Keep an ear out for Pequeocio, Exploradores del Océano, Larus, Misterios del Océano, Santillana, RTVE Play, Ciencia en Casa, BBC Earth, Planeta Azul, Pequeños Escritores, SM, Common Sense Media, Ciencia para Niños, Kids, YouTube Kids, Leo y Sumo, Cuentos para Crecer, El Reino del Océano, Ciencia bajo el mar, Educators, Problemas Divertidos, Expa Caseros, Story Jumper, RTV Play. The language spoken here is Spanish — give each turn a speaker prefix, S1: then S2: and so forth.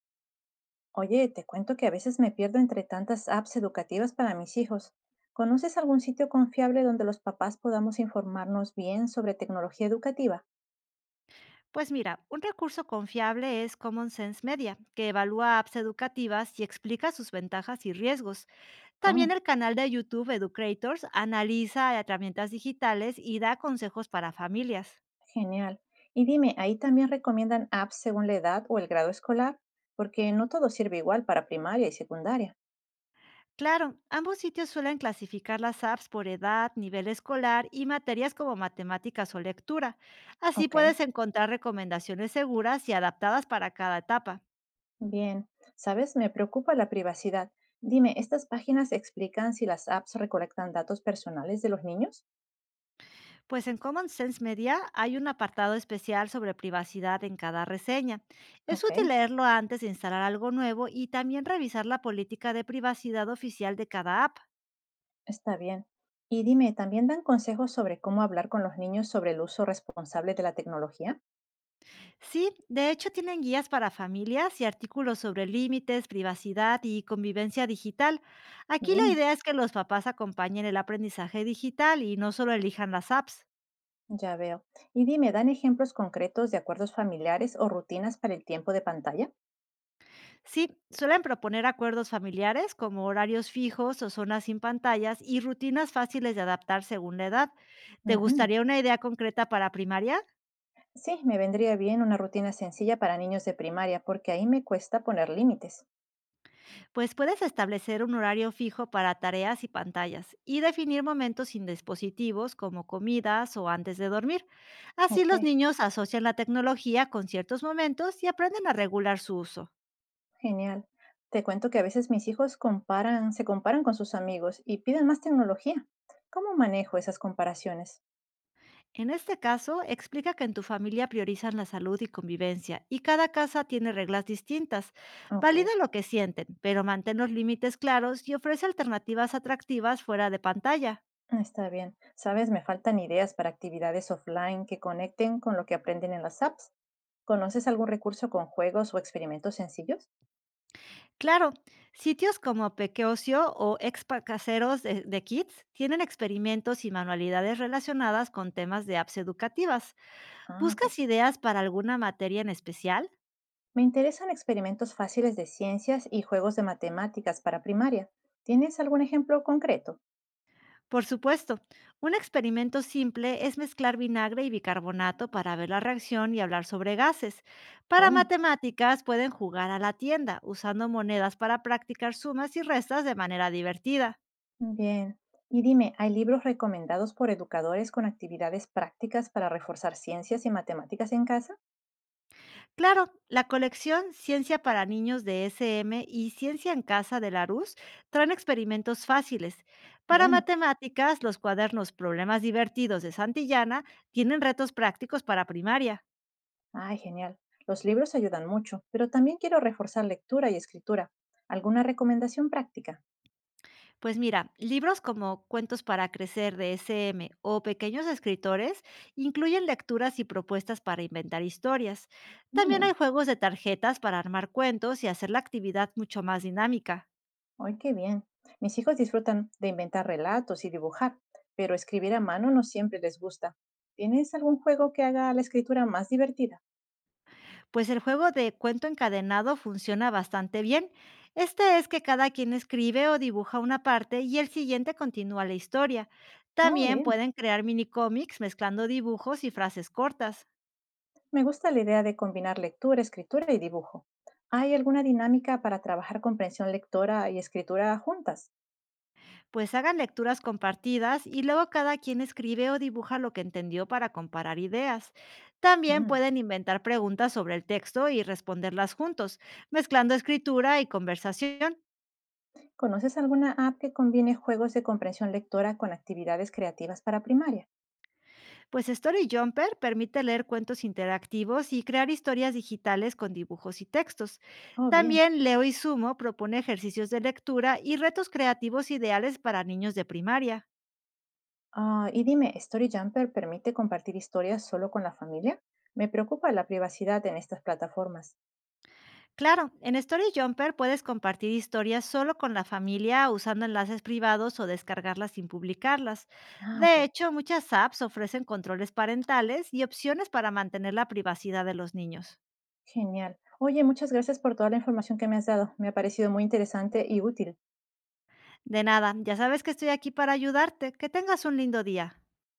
S1: Oye, te cuento que a veces me pierdo entre tantas apps educativas para mis hijos. ¿Conoces algún sitio confiable donde los papás podamos informarnos bien sobre tecnología educativa?
S2: Pues mira, un recurso confiable es Common Sense Media, que evalúa apps educativas y explica sus ventajas y riesgos. También
S1: Oh,
S2: el canal de YouTube Educators analiza herramientas digitales y da consejos para familias.
S1: genial. Y dime, ¿ahí también recomiendan apps según la edad o el grado escolar? Porque no todo sirve igual para primaria y secundaria.
S2: Claro, ambos sitios suelen clasificar las apps por edad, nivel escolar y materias como matemáticas o lectura. Así
S1: Ok,
S2: puedes encontrar recomendaciones seguras y adaptadas para cada etapa.
S1: bien. ¿Sabes? Me preocupa la privacidad. Dime, ¿estas páginas explican si las apps recolectan datos personales de los niños?
S2: Pues en Common Sense Media hay un apartado especial sobre privacidad en cada reseña. Es
S1: Ok.
S2: útil leerlo antes de instalar algo nuevo y también revisar la política de privacidad oficial de cada app.
S1: Está bien. Y dime, ¿también dan consejos sobre cómo hablar con los niños sobre el uso responsable de la tecnología?
S2: Sí, de hecho tienen guías para familias y artículos sobre límites, privacidad y convivencia digital. Aquí la
S1: Bien,
S2: idea es que los papás acompañen el aprendizaje digital y no solo elijan las apps.
S1: ya veo. Y dime, ¿dan ejemplos concretos de acuerdos familiares o rutinas para el tiempo de pantalla?
S2: Sí, suelen proponer acuerdos familiares como horarios fijos o zonas sin pantallas y rutinas fáciles de adaptar según la edad. ¿Te
S1: Ujú.
S2: gustaría una idea concreta para primaria?
S1: Sí, me vendría bien una rutina sencilla para niños de primaria, porque ahí me cuesta poner límites.
S2: Pues puedes establecer un horario fijo para tareas y pantallas y definir momentos sin dispositivos como comidas o antes de dormir. Así
S1: Ok,
S2: los niños asocian la tecnología con ciertos momentos y aprenden a regular su uso.
S1: genial. Te cuento que a veces mis hijos comparan, se comparan con sus amigos y piden más tecnología. ¿Cómo manejo esas comparaciones?
S2: En este caso, explica que en tu familia priorizan la salud y convivencia y cada casa tiene reglas distintas.
S1: Ok.
S2: Valida lo que sienten, pero mantén los límites claros y ofrece alternativas atractivas fuera de pantalla.
S1: Ah, está bien. Sabes, me faltan ideas para actividades offline que conecten con lo que aprenden en las apps. ¿Conoces algún recurso con juegos o experimentos sencillos?
S2: Claro, sitios como Pequeocio o Expa Caseros de Kids tienen experimentos y manualidades relacionadas con temas de apps educativas.
S1: Ah, ok.
S2: ¿Buscas ideas para alguna materia en especial?
S1: Me interesan experimentos fáciles de ciencias y juegos de matemáticas para primaria. ¿Tienes algún ejemplo concreto?
S2: Por supuesto, un experimento simple es mezclar vinagre y bicarbonato para ver la reacción y hablar sobre gases. Para
S1: Oh,
S2: matemáticas pueden jugar a la tienda usando monedas para practicar sumas y restas de manera divertida.
S1: bien. Y dime, ¿hay libros recomendados por educadores con actividades prácticas para reforzar ciencias y matemáticas en casa?
S2: Claro, la colección Ciencia para Niños de SM y Ciencia en Casa de Larus traen experimentos fáciles. Para
S1: Bueno.
S2: matemáticas, los cuadernos Problemas Divertidos de Santillana tienen retos prácticos para primaria.
S1: Ay, genial. Los libros ayudan mucho, pero también quiero reforzar lectura y escritura. ¿Alguna recomendación práctica?
S2: Pues mira, libros como Cuentos para Crecer de SM o Pequeños Escritores incluyen lecturas y propuestas para inventar historias. También hay
S1: Mm,
S2: juegos de tarjetas para armar cuentos y hacer la actividad mucho más dinámica.
S1: ¡ay, qué bien! Mis hijos disfrutan de inventar relatos y dibujar, pero escribir a mano no siempre les gusta. ¿Tienes algún juego que haga la escritura más divertida?
S2: Pues el juego de cuento encadenado funciona bastante bien. Este es que cada quien escribe o dibuja una parte y el siguiente continúa la historia.
S1: Oh,
S2: También
S1: bien.
S2: pueden crear mini cómics mezclando dibujos y frases cortas.
S1: Me gusta la idea de combinar lectura, escritura y dibujo. ¿Hay alguna dinámica para trabajar comprensión lectora y escritura juntas?
S2: Pues hagan lecturas compartidas y luego cada quien escribe o dibuja lo que entendió para comparar ideas. También
S1: Mm.
S2: pueden inventar preguntas sobre el texto y responderlas juntos, mezclando escritura y conversación.
S1: ¿Conoces alguna app que combine juegos de comprensión lectora con actividades creativas para primaria?
S2: Pues Story Jumper permite leer cuentos interactivos y crear historias digitales con dibujos y textos.
S1: Oh, bien.
S2: También Leo y Sumo propone ejercicios de lectura y retos creativos ideales para niños de primaria.
S1: Ah, y dime, ¿Story Jumper permite compartir historias solo con la familia? Me preocupa la privacidad en estas plataformas.
S2: Claro, en Story Jumper puedes compartir historias solo con la familia usando enlaces privados o descargarlas sin publicarlas.
S1: Ah, ok.
S2: De hecho, muchas apps ofrecen controles parentales y opciones para mantener la privacidad de los niños.
S1: Genial. Oye, muchas gracias por toda la información que me has dado. Me ha parecido muy interesante y útil.
S2: De nada, ya sabes que estoy aquí para ayudarte. Que tengas un lindo día.